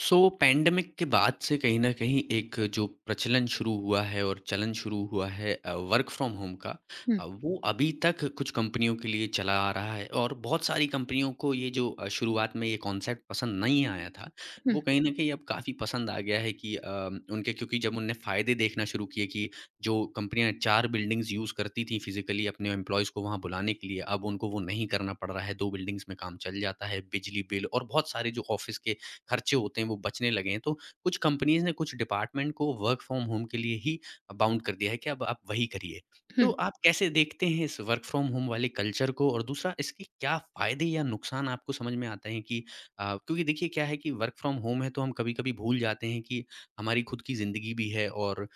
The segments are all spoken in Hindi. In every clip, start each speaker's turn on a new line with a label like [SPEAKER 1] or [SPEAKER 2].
[SPEAKER 1] सो पैंडेमिक के बाद से कहीं न कहीं एक जो प्रचलन शुरू हुआ है और चलन शुरू हुआ है वर्क फ्रॉम होम का।
[SPEAKER 2] हुँ,
[SPEAKER 1] वो अभी तक कुछ कंपनियों के लिए चला आ रहा है और बहुत सारी कंपनियों को ये जो शुरुआत में ये कॉन्सेप्ट पसंद नहीं आया था,
[SPEAKER 2] हुँ,
[SPEAKER 1] वो कहीं न कहीं अब काफ़ी पसंद आ गया है कि उनके क्योंकि जब उनने फ़ायदे देखना शुरू किए कि जो कंपनियाँ 4 बिल्डिंग्स यूज़ करती थीं फिज़िकली अपने एम्प्लॉइज़ को वहाँ बुलाने के लिए, अब उनको वो नहीं करना पड़ रहा है, 2 बिल्डिंग्स में काम चल जाता है, बिजली बिल और बहुत सारे जो ऑफ़िस के खर्चे होते हैं वो बचने लगे हैं। तो कुछ कंपनीज़ ने कुछ डिपार्टमेंट को वर्क फ्रॉम होम के लिए ही बाउंड कर दिया है कि अब आप वही करिए। तो
[SPEAKER 2] हुँ,
[SPEAKER 1] आप कैसे देखते हैं इस वर्क फ्रॉम होम वाले कल्चर को? और दूसरा इसके क्या फ़ायदे या नुकसान आपको समझ में आते हैं कि क्योंकि देखिए क्या है कि वर्क फ्रॉम होम है तो हम कभी-कभी भूल जाते हैं कि हमारी खुद की ज़िंदगी भी है और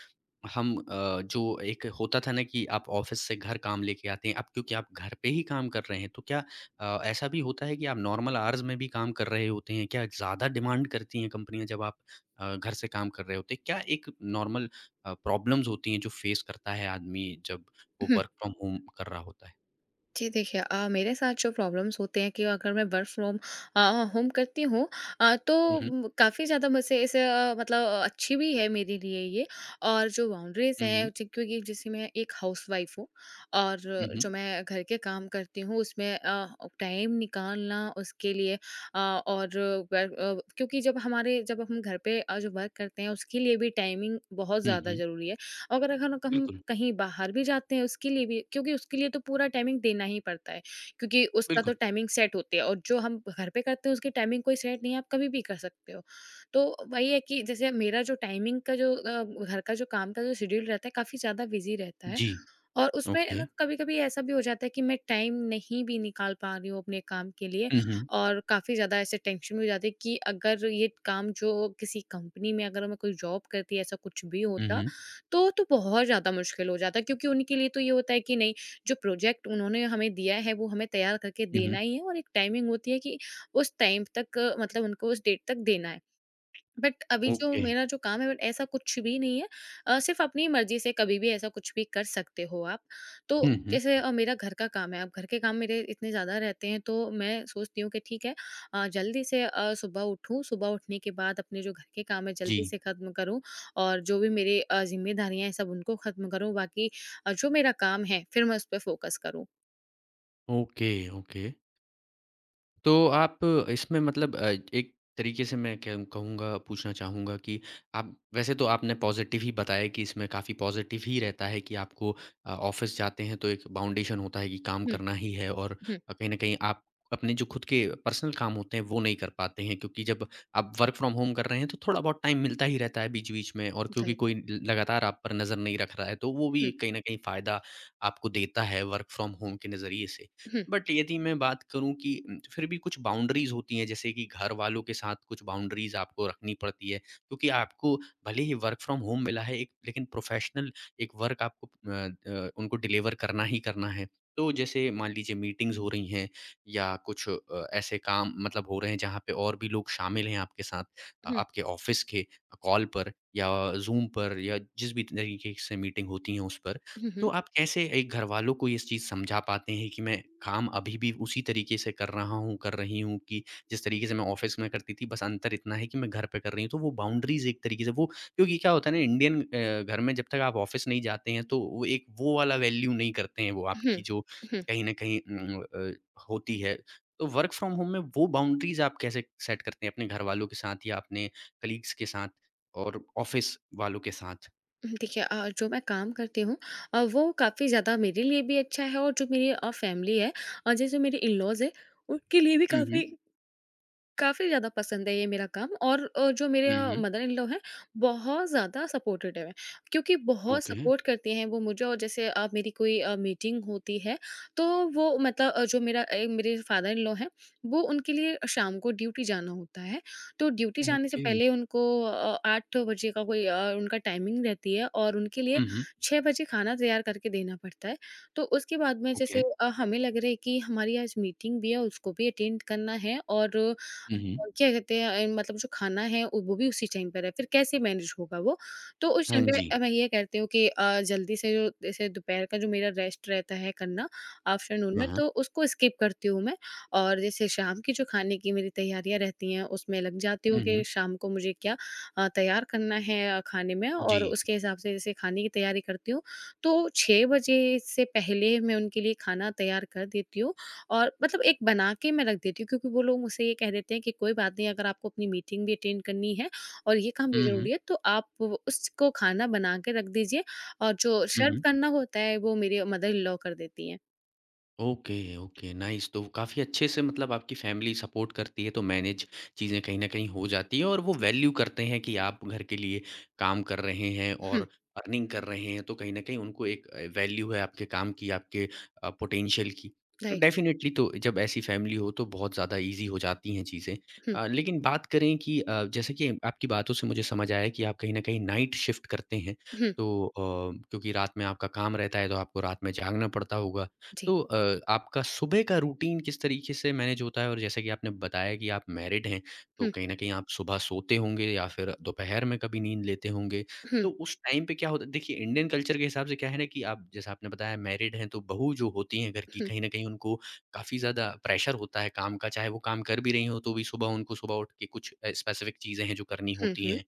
[SPEAKER 1] हम जो एक होता था ना कि आप ऑफ़िस से घर काम लेके आते हैं, अब क्योंकि आप घर पे ही काम कर रहे हैं, तो क्या ऐसा भी होता है कि आप नॉर्मल आवर्स में भी काम कर रहे होते हैं? क्या ज़्यादा डिमांड करती हैं कंपनियाँ जब आप घर से काम कर रहे होते हैं? क्या एक नॉर्मल प्रॉब्लम्स होती हैं जो फ़ेस करता है आदमी जब वो
[SPEAKER 2] हुँ।
[SPEAKER 1] वर्क फ्रॉम होम कर रहा होता है?
[SPEAKER 2] जी, देखिए मेरे साथ जो प्रॉब्लम्स होते हैं कि अगर मैं वर्क फ्रॉम अ, होम करती हूँ, अ, तो
[SPEAKER 1] हुँ, हुँ।
[SPEAKER 2] उम, काफ़ी ज़्यादा मुझसे इसे मतलब अच्छी भी है मेरे लिए ये। और जो बाउंड्रीज़
[SPEAKER 1] हुँ,
[SPEAKER 2] हैं
[SPEAKER 1] हुँ।
[SPEAKER 2] ज क्योंकि जैसे मैं एक हाउसवाइफ़ हूँ और
[SPEAKER 1] हुँ,
[SPEAKER 2] जो
[SPEAKER 1] हुँ।
[SPEAKER 2] मैं घर के काम करती हूँ उसमें टाइम निकालना उसके लिए अ, और क्योंकि जब हम घर पे जो वर्क करते हैं उसके लिए भी टाइमिंग बहुत
[SPEAKER 1] हुँ,
[SPEAKER 2] ज़्यादा
[SPEAKER 1] हुँ।
[SPEAKER 2] ज़रूरी है। अगर अगर हम
[SPEAKER 1] बिल्कुल,
[SPEAKER 2] कहीं बाहर भी जाते हैं उसके लिए भी क्योंकि उसके लिए तो पूरा टाइमिंग देना ही पड़ता है क्योंकि उसका
[SPEAKER 1] बिल्कुल।
[SPEAKER 2] तो टाइमिंग सेट होती है, और जो हम घर पे करते हैं उसकी टाइमिंग कोई सेट नहीं है, आप कभी भी कर सकते हो। तो वही है कि जैसे मेरा जो टाइमिंग का जो घर का जो काम का जो शेड्यूल रहता है, काफ़ी ज़्यादा बिजी रहता है,
[SPEAKER 1] जी,
[SPEAKER 2] और उसमें
[SPEAKER 1] ओके।
[SPEAKER 2] ना कभी-कभी ऐसा भी हो जाता है कि मैं टाइम नहीं भी निकाल पा रही हूँ अपने काम के लिए,
[SPEAKER 1] हुँ, हुँ।
[SPEAKER 2] और काफ़ी ज़्यादा ऐसे टेंशन में हो जाती है कि अगर ये काम जो किसी कंपनी में अगर मैं कोई जॉब करती ऐसा कुछ भी
[SPEAKER 1] हुँ,
[SPEAKER 2] होता,
[SPEAKER 1] हुँ।
[SPEAKER 2] तो बहुत ज़्यादा मुश्किल हो जाता क्योंकि उनके लिए तो ये होता है कि नहीं, जो प्रोजेक्ट उन्होंने हमें दिया है वो हमें तैयार करके
[SPEAKER 1] हुँ, हुँ।
[SPEAKER 2] देना ही है, और एक टाइमिंग होती है कि उस टाइम तक मतलब उनको उस डेट तक देना है। बट अभी जो
[SPEAKER 1] ओके।
[SPEAKER 2] मेरा जो काम है बट ऐसा कुछ भी नहीं है, सिर्फ अपनी मर्ज़ी से कभी भी ऐसा कुछ भी कर सकते हो आप। तो
[SPEAKER 1] हुँ, हुँ।
[SPEAKER 2] जैसे मेरा घर का काम है, अब घर के काम मेरे इतने ज़्यादा रहते हैं तो मैं सोचती हूँ कि ठीक है जल्दी से सुबह उठूँ, सुबह उठने के बाद अपने जो घर के काम है
[SPEAKER 1] जी।
[SPEAKER 2] जल्दी से ख़त्म करूँ और जो भी मेरी ज़िम्मेदारियाँ हैं सब उनको ख़त्म करूँ, बाकी जो मेरा काम है फिर मैं उस पे फ़ोकस करूँ।
[SPEAKER 1] Okay, okay. तो आप इसमें मतलब एक तरीके से मैं कहूँ कहूँगा पूछना चाहूँगा कि आप वैसे तो आपने पॉज़िटिव ही बताया कि इसमें काफ़ी पॉज़िटिव ही रहता है कि आपको ऑफ़िस जाते हैं तो एक बाउंडेशन होता है कि काम
[SPEAKER 2] हुँ,
[SPEAKER 1] करना ही है और
[SPEAKER 2] हुँ,
[SPEAKER 1] कहीं न कहीं आप अपने जो खुद के पर्सनल काम होते हैं वो नहीं कर पाते हैं क्योंकि जब आप वर्क फ्रॉम होम कर रहे हैं तो थोड़ा बहुत टाइम मिलता ही रहता है बीच-बीच में और क्योंकि
[SPEAKER 2] राइट।
[SPEAKER 1] कोई ल लगातार आप पर नज़र नहीं रख रहा है तो वो भी
[SPEAKER 2] हुँ,
[SPEAKER 1] एक कहीं न कहीं फ़ायदा आपको देता है वर्क फ्रॉम होम के नज़रिए से।
[SPEAKER 2] हुँ,
[SPEAKER 1] बट यदि मैं बात करूँ कि फिर भी कुछ बाउंड्रीज़ होती हैं, जैसे कि घर वालों के साथ कुछ बाउंड्रीज़ आपको रखनी पड़ती है, क्योंकि आपको भले ही वर्क फ्रॉम होम मिला है एक लेकिन प्रोफ़ेशनल एक वर्क आपको उनको डिलीवर करना ही करना है। तो जैसे मान लीजिए मीटिंग्स हो रही हैं या कुछ ऐसे काम मतलब हो रहे हैं जहाँ पे और भी लोग शामिल हैं आपके साथ
[SPEAKER 2] हुँ,
[SPEAKER 1] आपके ऑफ़िस के कॉल पर या ज़ूम पर या जिस भी तरीके से मीटिंग होती है उस पर।
[SPEAKER 2] हुँ,
[SPEAKER 1] तो
[SPEAKER 2] हुँ,
[SPEAKER 1] आप कैसे एक घरवालों को इस चीज़ समझा पाते हैं कि मैं काम अभी भी उसी तरीके से कर रहा हूँ, कर रही हूँ कि जिस तरीके से मैं ऑफ़िस में करती थी, बस अंतर इतना है कि मैं घर पे कर रही हूँ। तो वो बाउंड्रीज़ एक तरीके से वो क्योंकि क्या होता है ना इंडियन घर में जब तक आप ऑफ़िस नहीं जाते हैं, तो वो एक वो वाला वैल्यू नहीं करते हैं वो
[SPEAKER 2] हुँ,
[SPEAKER 1] आपकी जो
[SPEAKER 2] हुँ।
[SPEAKER 1] कहीं न कहीं होती है। तो वर्क फ्रॉम होम में वो बाउंड्रीज़ आप कैसे सेट करते हैं अपने घरवालों के साथ या अपने कलीग्स के साथ और ऑफ़िस वालों के साथ?
[SPEAKER 2] देखिए जो मैं काम करती हूँ, वो काफ़ी ज़्यादा मेरे लिए भी अच्छा है और जो मेरी फैमिली है और जैसे मेरे इन-लॉज़ हैं, उनके लिए भी
[SPEAKER 1] हुँ,
[SPEAKER 2] काफ़ी
[SPEAKER 1] हुँ।
[SPEAKER 2] काफ़ी ज़्यादा पसंद है ये मेरा काम, और जो मेरे
[SPEAKER 1] हुँ, हुँ।
[SPEAKER 2] मदर इन लॉ हैं, बहुत ज़्यादा सपोर्टिव हैं, क्योंकि बहुत
[SPEAKER 1] ओके।
[SPEAKER 2] सपोर्ट करती हैं वो मुझे। और जैसे मेरी कोई मीटिंग होती है, तो वो मतलब मेरे फादर इन लॉ हैं, वो उनके लिए शाम को ड्यूटी जाना होता है, तो ड्यूटी जाने से
[SPEAKER 1] ओके।
[SPEAKER 2] पहले उनको 8 बजे का कोई उनका टाइमिंग रहती है, और उनके लिए
[SPEAKER 1] हुँ, हुँ।
[SPEAKER 2] 6 बजे खाना तैयार करके देना पड़ता है। तो उसके बाद में
[SPEAKER 1] ओके।
[SPEAKER 2] जैसे हमें लग रहा है कि हमारी आज मीटिंग भी है, उसको भी अटेंड करना है, और
[SPEAKER 1] हुँ, हुँ।
[SPEAKER 2] क्या कहते हैं मतलब जो खाना है वो भी उसी टाइम पर है, फिर कैसे मैनेज होगा वो? तो उस
[SPEAKER 1] हाँ
[SPEAKER 2] टाइम पे
[SPEAKER 1] जी।
[SPEAKER 2] मैं ये कहती हूँ कि जल्दी से जो जैसे दोपहर का जो मेरा रेस्ट रहता है करना आफ्टरनून
[SPEAKER 1] हाँ,
[SPEAKER 2] में,
[SPEAKER 1] हाँ।
[SPEAKER 2] तो उसको स्किप करती हूँ मैं, और जैसे शाम की जो खाने की मेरी तैयारियाँ रहती हैं उसमें लग जाती हूँ
[SPEAKER 1] हुँ,
[SPEAKER 2] कि
[SPEAKER 1] हुँ।
[SPEAKER 2] शाम को मुझे क्या तैयार करना है खाने में,
[SPEAKER 1] जी।
[SPEAKER 2] और उसके हिसाब से जैसे खाने की तैयारी करती हूँ, तो 6 बजे से पहले मैं उनके लिए खाना तैयार कर देती हूँ। और मतलब एक बना के मैं रख देती हूँ क्योंकि वो लोग मुझसे ये कह देते हैं कि कोई बात नहीं, अगर आपको अपनी मीटिंग भी अटेंड करनी है और ये काम भी
[SPEAKER 1] हुँ, हुँ।
[SPEAKER 2] ज़रूरी है तो आप वो उसको खाना बना के रख दीजिए, और जो
[SPEAKER 1] हुँ,
[SPEAKER 2] सर्व
[SPEAKER 1] हुँ।
[SPEAKER 2] करना होता है वो मेरी मदर इन लॉ कर देती हैं।
[SPEAKER 1] ओके, ओके, नाइस तो काफ़ी अच्छे से मतलब आपकी फैमिली सपोर्ट करती है, तो मैनेज चीज़ें कहीं न कहीं हो जाती हैं और वो
[SPEAKER 2] जी।
[SPEAKER 1] वैल्यू करते हैं कि आप घर के लिए काम कर रहे हैं
[SPEAKER 2] हुँ,
[SPEAKER 1] और अर्निंग कर रहे हैं, तो कहीं न कहीं उनको एक वैल्यू है आपके काम की, आपके पोटेंशियल की।
[SPEAKER 2] राइट।
[SPEAKER 1] डेफ़िनेटली तो जब ऐसी फैमिली हो, तो बहुत ज़्यादा ईज़ी हो जाती हैं चीज़ें।
[SPEAKER 2] हुँ,
[SPEAKER 1] लेकिन बात करें कि जैसे कि आपकी बातों से मुझे समझ आया कि आप कहीं न कहीं नाइट शिफ्ट करते हैं,
[SPEAKER 2] हुँ,
[SPEAKER 1] तो क्योंकि रात में आपका काम रहता है, तो आपको रात में जागना पड़ता होगा।
[SPEAKER 2] जी।
[SPEAKER 1] तो आपका सुबह का रूटीन किस तरीके से मैनेज होता है? और जैसा कि आपने बताया कि आप मैरिड हैं, तो
[SPEAKER 2] हुँ,
[SPEAKER 1] कहीं न कहीं आप सुबह सोते होंगे या फिर दोपहर में कभी नींद लेते होंगे।
[SPEAKER 2] हुँ,
[SPEAKER 1] तो उस टाइम पे क्या होता है देखिए इंडियन कल्चर के हिसाब से क्या है ना कि आप जैसा आपने बताया मैरिड हैं, तो बहू जो होती हैं घर की
[SPEAKER 2] हुँ,
[SPEAKER 1] कहीं न कहीं उनको काफ़ी ज़्यादा प्रेशर होता है काम का, चाहे वो काम कर भी रही हों तो भी सुबह उनको सुबह उठ के कुछ स्पेसिफिक चीज़ें हैं जो करनी
[SPEAKER 2] हुँ,
[SPEAKER 1] होती
[SPEAKER 2] हुँ,
[SPEAKER 1] हैं।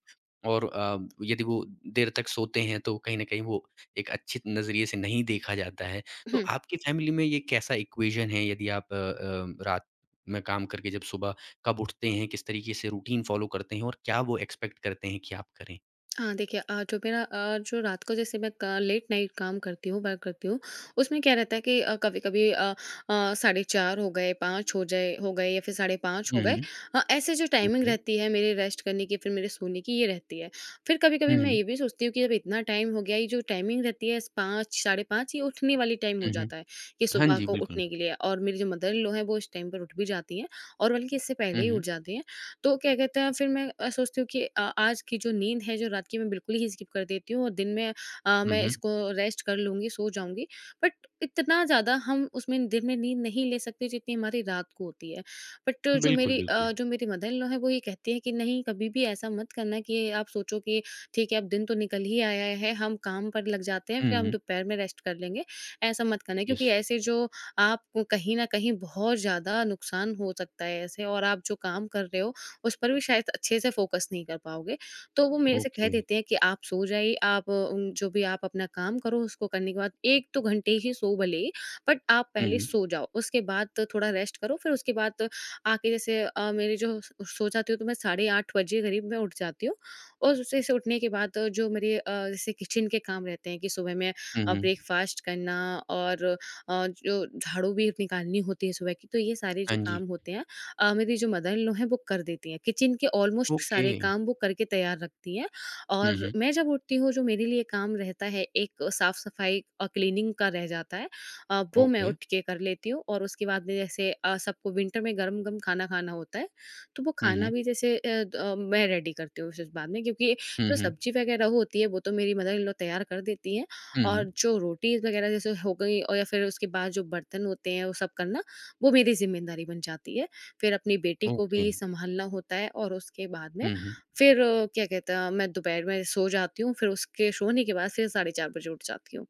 [SPEAKER 1] और यदि वो देर तक सोते हैं तो कहीं न कहीं वो एक अच्छे नज़रिए से नहीं देखा जाता है। तो
[SPEAKER 2] हुँ।
[SPEAKER 1] आपकी फैमिली में ये कैसा इक्वेशन है यदि आप रात में काम करके जब सुबह कब उठते हैं, किस तरीके से रूटीन फॉलो करते हैं और क्या वो एक्सपेक्ट करते हैं कि आप करें?
[SPEAKER 2] हाँ, देखिए जो मेरा जो रात को जैसे मैं क लेट नाइट काम करती हूँ, वर्क करती हूँ, उसमें क्या रहता है कि कभी-कभी साढ़े 4 हो गए, 5 हो जाए हो गए या फिर साढ़े 5
[SPEAKER 1] हुँ,
[SPEAKER 2] हो गए।
[SPEAKER 1] हुँ,
[SPEAKER 2] ऐसे जो टाइमिंग
[SPEAKER 1] ओके।
[SPEAKER 2] रहती है मेरे रेस्ट करने की, फिर मेरे सोने की, ये रहती है। फिर
[SPEAKER 1] हुँ,
[SPEAKER 2] कभी-कभी मैं
[SPEAKER 1] हुँ,
[SPEAKER 2] ये भी सोचती हूँ कि अब इतना टाइम हो गया, ये जो टाइमिंग रहती है इस 5, साढ़े 5, ये उठने वाली टाइम हो
[SPEAKER 1] हुँ, हुँ।
[SPEAKER 2] जाता है, कि
[SPEAKER 1] हाँ
[SPEAKER 2] सुबह
[SPEAKER 1] जी,
[SPEAKER 2] को
[SPEAKER 1] बिल्कुल।
[SPEAKER 2] उठने के लिए। और मेरी जो मदर-इन-लॉ हैं, वो इस टाइम पर उठ भी जाती हैं, और बल्कि इससे
[SPEAKER 1] हुँ,
[SPEAKER 2] पहले ही
[SPEAKER 1] हुँ,
[SPEAKER 2] उठ जाती हैं। तो क्या कहते हैं फिर मैं सोचती हूँ कि आज की जो नींद है जो रात की, मैं बिल्कुल ही स्किप कर देती हूँ और दिन में
[SPEAKER 1] हुँ,
[SPEAKER 2] मैं
[SPEAKER 1] हुँ।
[SPEAKER 2] इसको रेस्ट कर लूँगी सो जाऊँगी। बट इतना ज़्यादा हम उसमें दिन में नींद नहीं ले सकते जितनी हमारी रात को होती है। बट जो
[SPEAKER 1] बिल्कुल,
[SPEAKER 2] मेरी
[SPEAKER 1] बिल्कुल।
[SPEAKER 2] मदर इन लॉ है वो ये कहती है कि नहीं, कभी भी ऐसा मत करना कि आप सोचो कि ठीक है अब दिन तो निकल ही आया है, हम काम पर लग जाते हैं
[SPEAKER 1] हुँ,
[SPEAKER 2] फिर हम
[SPEAKER 1] हुँ,
[SPEAKER 2] दोपहर में रेस्ट कर लेंगे। ऐसा मत करना क्योंकि
[SPEAKER 1] यस,
[SPEAKER 2] ऐसे जो आपको कहीं ना कहीं बहुत ज़्यादा नुकसान हो सकता है ऐसे, और आप जो काम कर रहे हो उस पर भी शायद अच्छे से फ़ोकस नहीं कर पाओगे। तो वो मेरे से कह
[SPEAKER 1] ओके।
[SPEAKER 2] देते हैं कि आप सो जाइए, आप जो भी आप अपना काम करो उसको करने के बाद 1-2 घंटे ही सो भले ही, बट आप
[SPEAKER 1] हुँ,
[SPEAKER 2] पहले
[SPEAKER 1] हुँ,
[SPEAKER 2] सो जाओ। उसके बाद तो थोड़ा रेस्ट करो, फिर उसके बाद तो आके जैसे अ, मेरे जो स सो जाती हूँ तो मैं साढ़े 8 बजे करीब मैं उठ जाती हूँ, और उससे से उठने के बाद जैसे किचन के काम रहते हैं कि सुबह में
[SPEAKER 1] हुँ, हुँ।
[SPEAKER 2] ब्रेकफ़ास्ट करना, और जो झाड़ू भी निकालनी होती है सुबह की, तो ये सारे
[SPEAKER 1] हाँ
[SPEAKER 2] जो
[SPEAKER 1] जी,
[SPEAKER 2] काम होते हैं मेरी जो मदर इन लॉ हैं वो कर देती हैं। किचन के ऑलमोस्ट
[SPEAKER 1] ओके।
[SPEAKER 2] सारे काम वो करके तैयार रखती हैं,
[SPEAKER 1] हुँ,
[SPEAKER 2] और
[SPEAKER 1] हुँ,
[SPEAKER 2] मैं जब उठती हूँ जो मेरे लिए काम रहता है एक साफ-सफाई और क्लीनिंग का रह जाता है, वो मैं
[SPEAKER 1] ओके।
[SPEAKER 2] उठ के कर लेती हूँ। और उसके बाद में जैसे सबको विंटर में गरम-गरम खाना खाना होता है, तो वो
[SPEAKER 1] हुँ,
[SPEAKER 2] खाना
[SPEAKER 1] हुँ,
[SPEAKER 2] भी जैसे मैं रेडी करती हूँ उस बाद में, क्योंकि
[SPEAKER 1] हुँ,
[SPEAKER 2] जो
[SPEAKER 1] हुँ,
[SPEAKER 2] सब्ज़ी वगैरह होती है वो तो मेरी मदर इन लॉ तैयार कर देती हैं,
[SPEAKER 1] हुँ,
[SPEAKER 2] और
[SPEAKER 1] हुँ,
[SPEAKER 2] जो रोटीज़ वगैरह जैसे हो गई, और या फिर उसके बाद जो बर्तन होते हैं वो सब करना, वो मेरी ज़िम्मेदारी बन जाती है। फिर अपनी बेटी को
[SPEAKER 1] ओके।
[SPEAKER 2] भी सँभालना होता है, और उसके बाद में
[SPEAKER 1] हुँ, हुँ।
[SPEAKER 2] फिर क्या कहते हैं मैं दोपहर में सो जाती हूँ, फिर उसके सोने के बाद फिर साढ़े 4 बजे उठ जाती हूँ।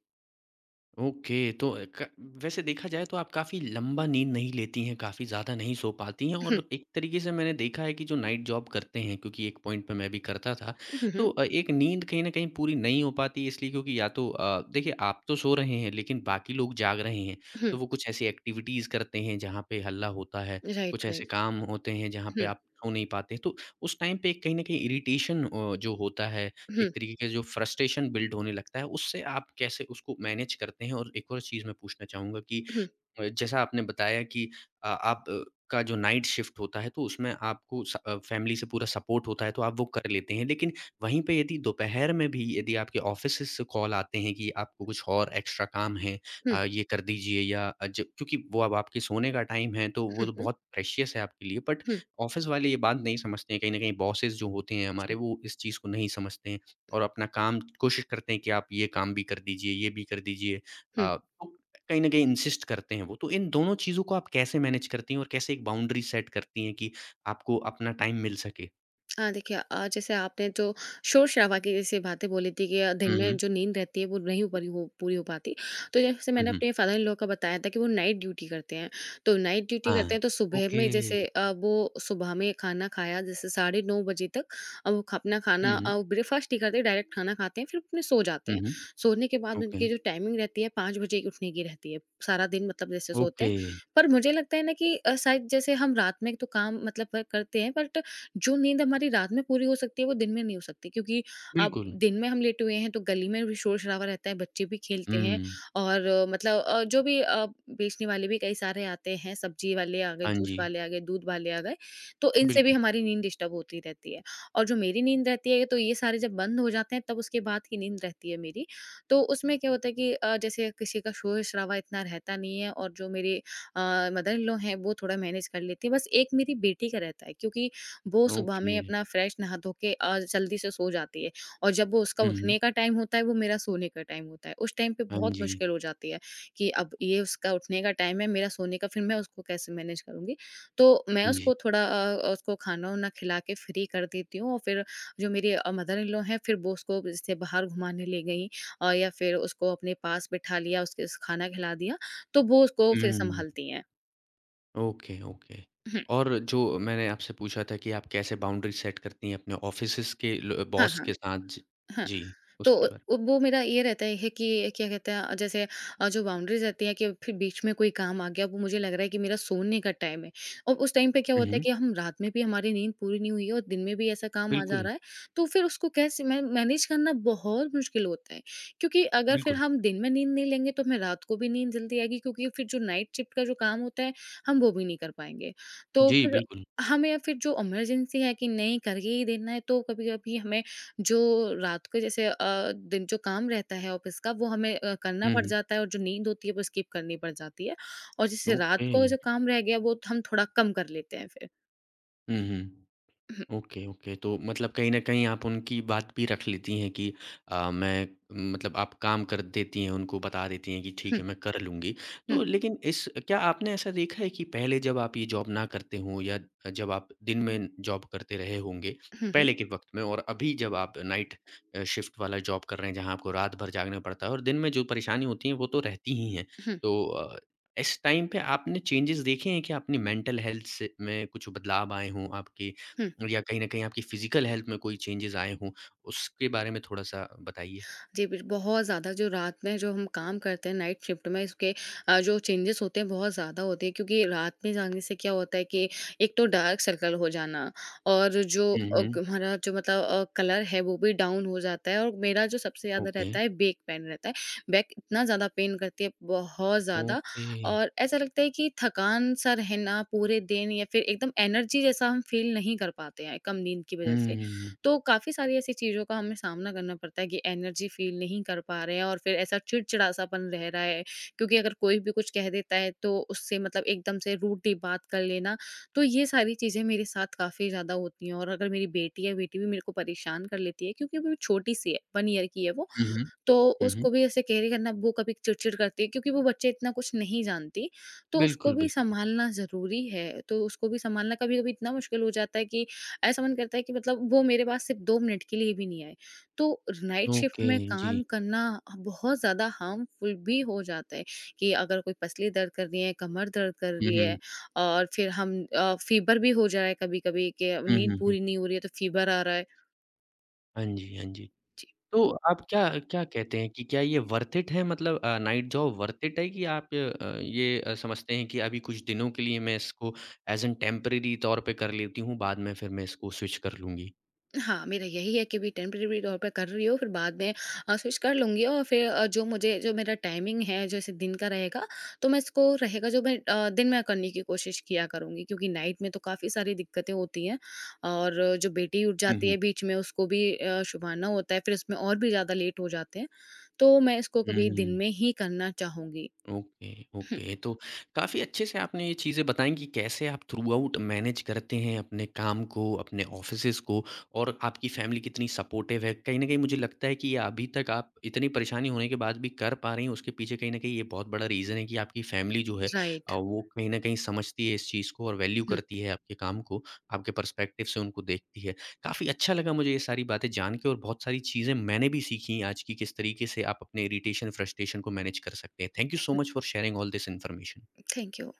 [SPEAKER 1] ओके, तो क वैसे देखा जाए तो आप काफ़ी लंबा नींद नहीं लेती हैं, काफ़ी ज़्यादा नहीं सो पाती हैं
[SPEAKER 2] हुँ,
[SPEAKER 1] और एक तरीके से मैंने देखा है कि जो नाइट जॉब करते हैं, क्योंकि एक पॉइंट पे मैं भी करता था,
[SPEAKER 2] हुँ,
[SPEAKER 1] तो
[SPEAKER 2] हुँ,
[SPEAKER 1] एक नींद कहीं न कहीं पूरी नहीं हो पाती इसलिए क्योंकि या तो देखिए आप तो सो रहे हैं लेकिन बाकी लोग जाग रहे हैं, तो
[SPEAKER 2] हुँ,
[SPEAKER 1] वो कुछ ऐसी एक्टिविटीज़ करते हैं जहाँ पे हल्ला होता है,
[SPEAKER 2] राइट,
[SPEAKER 1] कुछ ऐसे
[SPEAKER 2] राइट।
[SPEAKER 1] काम होते हैं जहाँ पे
[SPEAKER 2] हुँ,
[SPEAKER 1] आप सो नहीं पाते, तो उस टाइम पे कहीं न कहीं इरिटेशन जो होता है
[SPEAKER 2] हुँ,
[SPEAKER 1] एक तरीके का जो फ्रस्ट्रेशन बिल्ड होने लगता है, उससे आप कैसे उसको मैनेज करते हैं? और एक और चीज़ मैं पूछना चाहूँगा कि
[SPEAKER 2] हुँ,
[SPEAKER 1] जैसा आपने बताया कि आप का जो नाइट शिफ्ट होता है तो उसमें आपको फैमिली से पूरा सपोर्ट होता है तो आप वो कर लेते हैं। लेकिन वहीं पे यदि दोपहर में भी यदि आपके ऑफ़िसेज़ से कॉल आते हैं कि आपको कुछ और एक्स्ट्रा काम है
[SPEAKER 2] हुँ,
[SPEAKER 1] ये कर दीजिए या अ, ज क्योंकि वो अब आपके सोने का टाइम है तो वो
[SPEAKER 2] हुँ,
[SPEAKER 1] तो
[SPEAKER 2] हुँ,
[SPEAKER 1] बहुत प्रेशियस है आपके लिए बट
[SPEAKER 2] हुँ,
[SPEAKER 1] ऑफ़िस वाले ये बात नहीं समझते हैं। कहीं न कहीं बॉसेज़ जो होते हैं हमारे
[SPEAKER 2] जी।
[SPEAKER 1] वो इस चीज़ को नहीं समझते हैं और अपना काम कोशिश करते हैं कि आप ये काम भी कर दीजिए, ये भी कर दीजिए।
[SPEAKER 2] हुँ।
[SPEAKER 1] तो कहीं न कहीं इंसिस्ट करते हैं वो। तो इन दोनों चीज़ों को आप कैसे मैनेज करती हैं और कैसे एक बाउंड्री सेट करती हैं कि आपको अपना टाइम मिल सके?
[SPEAKER 2] हाँ, देखिए जैसे आपने जो शोर-शराबा की जैसे बातें बोली थी कि दिन
[SPEAKER 1] हुँ,
[SPEAKER 2] में
[SPEAKER 1] हुँ।
[SPEAKER 2] जो नींद रहती है वो नहीं ऊपरी हो पूरी हो पाती। तो जैसे
[SPEAKER 1] हुँ,
[SPEAKER 2] मैंने
[SPEAKER 1] हुँ।
[SPEAKER 2] अपने फादर इन लॉ का बताया था कि वो नाइट ड्यूटी करते हैं। तो नाइट ड्यूटी
[SPEAKER 1] हाँ।
[SPEAKER 2] करते हैं तो सुबह
[SPEAKER 1] ओके।
[SPEAKER 2] में जैसे वो सुबह में खाना खाया जैसे साढ़े 9 बजे तक, अ, वो ख अपना
[SPEAKER 1] हुँ,
[SPEAKER 2] खाना
[SPEAKER 1] हुँ।
[SPEAKER 2] ब्रेकफ़ास्ट नहीं करते, डायरेक्ट खाना खाते हैं फिर अपने सो जाते
[SPEAKER 1] हुँ,
[SPEAKER 2] हैं।
[SPEAKER 1] हुँ।
[SPEAKER 2] सोने के बाद
[SPEAKER 1] ओके,
[SPEAKER 2] उनकी जो टाइमिंग रहती है 5 बजे की उठने की रहती है। सारा दिन मतलब जैसे सोते
[SPEAKER 1] ओके।
[SPEAKER 2] हैं। पर मुझे लगता है ना कि शायद जैसे हम रात में तो काम मतलब व करते हैं, बट जो नींद हमारी रात में पूरी हो सकती है वो दिन में नहीं हो सकती, क्योंकि अब
[SPEAKER 1] बिल्कुल।
[SPEAKER 2] दिन में हम लेटे हुए हैं तो गली में भी शोर शराबा रहता है, बच्चे भी खेलते हैं,
[SPEAKER 1] हुँ।
[SPEAKER 2] और मतलब बेचने वाले भी कई सारे आते हैं, सब्जी वाले आ गए,
[SPEAKER 1] हाँ
[SPEAKER 2] जूस
[SPEAKER 1] जी।
[SPEAKER 2] वाले आ गए, दूध वाले आ गए, तो इनसे भी
[SPEAKER 1] बिल्कुल।
[SPEAKER 2] हमारी नींद डिस्टर्ब होती रहती है, और जो मेरी नींद रहती है तो ये सारे जब बंद हो जाते हैं तब उसके बाद की नींद रहती है मेरी। तो उसमें क्या होता है कि जैसे किसी का शोर शराबा इतना रहता नहीं है, और जो मेरे मदर इन लॉ हैं वो थोड़ा मैनेज कर लेती है, बस एक मेरी बेटी का रहता है क्योंकि वो सुबह
[SPEAKER 1] ओके।
[SPEAKER 2] में अपना फ्रेश नहा धो के जल्दी से सो जाती है, और जब वो उसका
[SPEAKER 1] हुँ, हुँ।
[SPEAKER 2] उठने का टाइम होता है वो मेरा सोने का टाइम होता है। उस टाइम पे
[SPEAKER 1] हाँ
[SPEAKER 2] बहुत
[SPEAKER 1] जी।
[SPEAKER 2] मुश्किल हो जाती है कि अब ये उसका उठने का टाइम है, मेरा सोने का, फिर मैं उसको कैसे मैनेज करूँगी? तो मैं
[SPEAKER 1] हाँ जी।
[SPEAKER 2] उसको थोड़ा उसको खाना-वाना खिला के फ्री कर देती हूँ। और फिर जो मेरी मदर इन लॉ हैं, फिर वो उसको जैसे बाहर घुमाने ले गईं, या फिर उसको अपने पास बिठा लिया, उसके स खाना खिला दिया, तो वो उसको फिर
[SPEAKER 1] हुँ।
[SPEAKER 2] सँभालती हैं।
[SPEAKER 1] Okay, okay.
[SPEAKER 2] हुँ।
[SPEAKER 1] और जो मैंने आपसे पूछा था कि आप कैसे बाउंड्री सेट करती हैं अपने ऑफ़िसेज़ के ल
[SPEAKER 2] हाँ,
[SPEAKER 1] बॉस
[SPEAKER 2] हाँ।
[SPEAKER 1] के साथ? ज
[SPEAKER 2] हाँ,
[SPEAKER 1] जी,
[SPEAKER 2] तो
[SPEAKER 1] उसके
[SPEAKER 2] अ,
[SPEAKER 1] बारे
[SPEAKER 2] वो मेरा ये रहता है कि क्या कहते हैं, जैसे जो बाउंड्रीज़ रहती है, कि फिर बीच में कोई काम आ गया, वो मुझे लग रहा है कि मेरा सोने का टाइम है। और उस टाइम पे क्या
[SPEAKER 1] में। हुँ,
[SPEAKER 2] होता है
[SPEAKER 1] हुँ।
[SPEAKER 2] कि हम, रात में भी हमारी नींद पूरी नहीं हुई है और दिन में भी ऐसा काम आ जा
[SPEAKER 1] बिल्कुल,
[SPEAKER 2] रहा है, तो फिर उसको कैसे मैं मैनेज करना, बहुत मुश्किल होता है। क्योंकि अगर फिर
[SPEAKER 1] बिल्कुल।
[SPEAKER 2] हम दिन में नींद नहीं लेंगे, तो हमें रात को भी नींद जल्दी आएगी, क्योंकि फिर जो नाइट शिफ्ट का जो काम होता है, हम वो भी नहीं कर पाएँगे। तो
[SPEAKER 1] जी,
[SPEAKER 2] फिर
[SPEAKER 1] बिल्कुल।
[SPEAKER 2] हमें, फिर जो इमरजेंसी है कि नहीं करके ही देना है, तो कभी-कभी हमें जो रात को जैसे दिन जो काम रहता है ऑफिस का, वो हमें करना पड़
[SPEAKER 1] Mh-mh.
[SPEAKER 2] जाता है, और जो नींद होती है वो स्किप करनी पड़ जाती है। और जैसे रात को जो
[SPEAKER 1] Okay.
[SPEAKER 2] काम रह गया, वो हम थोड़ा कम कर लेते हैं फिर।
[SPEAKER 1] Mh-mh.
[SPEAKER 2] हुँ,
[SPEAKER 1] ओके, ओके। तो मतलब कहीं न कहीं आप उनकी बात भी रख लेती हैं कि अ, मैं मतलब आप काम कर देती हैं, उनको बता देती हैं कि ठीक
[SPEAKER 2] हुँ,
[SPEAKER 1] है, मैं कर लूँगी।
[SPEAKER 2] हुँ,
[SPEAKER 1] तो लेकिन इस क्या आपने ऐसा देखा है कि पहले जब आप ये जॉब ना करते हों या जब आप दिन में जॉब करते रहे होंगे,
[SPEAKER 2] हुँ, हुँ,
[SPEAKER 1] पहले के वक़्त में और अभी जब आप नाइट शिफ्ट वाला जॉब कर रहे हैं, जहाँ आपको रात भर जागना पड़ता है और दिन में जो परेशानी होती है, वो तो रहती ही हैं।
[SPEAKER 2] हुँ,
[SPEAKER 1] तो इस टाइम पे आपने चेंजेज़ देखे हैं क्या? अपनी मेंटल हेल्थ से में कुछ बदलाव आए हों आपके
[SPEAKER 2] हुँ।
[SPEAKER 1] या कहीं न कहीं आपकी फ़िज़िकल हेल्थ में कोई चेंजेज़ आए हों, उसके बारे में थोड़ा-सा बताइए?
[SPEAKER 2] जी, बिल बहुत ज़्यादा जो रात में जो हम काम करते हैं नाइट शिफ्ट में, इसके जो चेंजेस होते हैं, बहुत ज़्यादा होते हैं। क्योंकि रात में जाने से क्या होता है कि एक तो डार्क सर्कल हो जाना, और जो
[SPEAKER 1] हुँ,
[SPEAKER 2] अ,
[SPEAKER 1] हुँ।
[SPEAKER 2] ग हमारा जो मतलब कलर है, वो भी डाउन हो जाता है। और मेरा जो सबसे ज़्यादा
[SPEAKER 1] ओके,
[SPEAKER 2] रहता है, बैक पेन रहता है। बैक इतना ज़्यादा पेन करती है, बहुत ज़्यादा।
[SPEAKER 1] ओके।
[SPEAKER 2] और ऐसा लगता है कि थकान-सा रहना पूरे दिन, या फिर एकदम एनर्जी जैसा हम फ़ील नहीं कर पाते हैं, कम नींद की
[SPEAKER 1] हुँ,
[SPEAKER 2] वज़ह से।
[SPEAKER 1] हुँ, हुँ।
[SPEAKER 2] तो काफ़ी सारी ऐसी चीज़ों का हमें सामना करना पड़ता है कि एनर्जी फ़ील नहीं कर पा रहे हैं, और फिर ऐसा चिड़चिड़ासापन रह रहा है, क्योंकि अगर कोई भी कुछ कह देता है, तो उससे मतलब एकदम से रूडली बात कर लेना। तो ये सारी चीज़ें मेरे साथ काफ़ी ज़्यादा होती हैं। और अगर मेरी बेटी है, बेटी भी मेरे को परेशान कर लेती है, क्योंकि अभी वो छोटी-सी है, 1 ईयर की है वो।
[SPEAKER 1] हुँ, हुँ।
[SPEAKER 2] तो
[SPEAKER 1] हुँ, हुँ।
[SPEAKER 2] उसको भी ऐसे कैरी करना, वो कभी चिड़चिड़ करती है, क्योंकि वो बच्चे इतना कुछ नहीं जानती, तो उसको
[SPEAKER 1] बिल्कुल,
[SPEAKER 2] भी
[SPEAKER 1] बिल्कुल।
[SPEAKER 2] सँभालना ज़रूरी है। तो उसको भी सँभालना कभी-कभी इतना मुश्किल हो जाता है कि ऐसा मन करता है कि मतलब वो मेरे पास सिर्फ़ 2 मिनट के लिए भी नहीं आए। तो नाइट शिफ्ट
[SPEAKER 1] ओके,
[SPEAKER 2] में
[SPEAKER 1] जी।
[SPEAKER 2] काम करना बहुत ज़्यादा हार्मफुल भी हो जाता है, कि अगर कोई पसली दर्द कर रही है, कमर दर्द कर
[SPEAKER 1] हुँ,
[SPEAKER 2] रही है,
[SPEAKER 1] हुँ।
[SPEAKER 2] और फिर हम, फ़ीवर भी हो जा रहा है कभी-कभी, कि
[SPEAKER 1] हुँ,
[SPEAKER 2] नींद
[SPEAKER 1] हुँ, हुँ।
[SPEAKER 2] पूरी नहीं हो रही है तो फ़ीवर आ रहा है।
[SPEAKER 1] हाँ जी, हाँ जी।
[SPEAKER 2] जी।
[SPEAKER 1] तो आप क्या क्या कहते हैं कि क्या ये वर्थ इट है मतलब नाइट जॉब वर्थ इट है कि आप ये समझते हैं कि अभी कुछ दिनों के लिए मैं इसको एज़ एन टेम्परेरी तौर पे कर लेती हूँ, बाद में फिर मैं इसको स्विच कर लूँगी?
[SPEAKER 2] हाँ, मेरा यही है कि अभी टेम्परेरी तौर पे कर रही हूँ, फिर बाद में स्विच कर लूँगी, और फिर जो मुझे, जो मेरा टाइमिंग है, जैसे दिन का रहेगा, तो मैं इसको रहेगा, जो मैं दिन में करने की कोशिश किया करूँगी, क्योंकि नाइट में तो काफ़ी सारी दिक्कतें होती हैं। और जो बेटी उठ
[SPEAKER 1] हुँ,
[SPEAKER 2] जाती
[SPEAKER 1] हुँ।
[SPEAKER 2] है बीच में, उसको भी सुभाना होता है, फिर इसमें और भी ज़्यादा लेट हो जाते हैं। तो मैं इसको कभी दिन
[SPEAKER 1] हुँ।
[SPEAKER 2] में ही करना चाहूँगी।
[SPEAKER 1] ओके,
[SPEAKER 2] हुँ,
[SPEAKER 1] ओके। तो काफ़ी अच्छे से आपने ये चीज़ें बताई कि कैसे आप थ्रूआउट मैनेज करते हैं अपने काम को, अपने ऑफ़िसेज़ को और आपकी फ़ैमिली कितनी सपोर्टिव है। कहीं न कहीं मुझे लगता है कि ये अभी तक आप इतनी परेशानी होने के बाद भी कर पा रही हैं, उसके पीछे कहीं न कहीं ये बहुत बड़ा रीज़न है कि आपकी फ़ैमिली जो है
[SPEAKER 2] राइट।
[SPEAKER 1] वो कहीं न कहीं समझती है इस चीज़ को और वैल्यू
[SPEAKER 2] हुँ,
[SPEAKER 1] करती है आपके काम को, आपके पर्सपेक्टिव से उनको देखती है। काफ़ी अच्छा लगा मुझे ये सारी बातें जान के और बहुत सारी चीज़ें मैंने भी सीखी आज की किस तरीके से आप अपने इरिटेशन, फ्रस्ट्रेशन को मैनेज कर सकते हैं। Thank you so much for sharing all this information.
[SPEAKER 2] Thank you.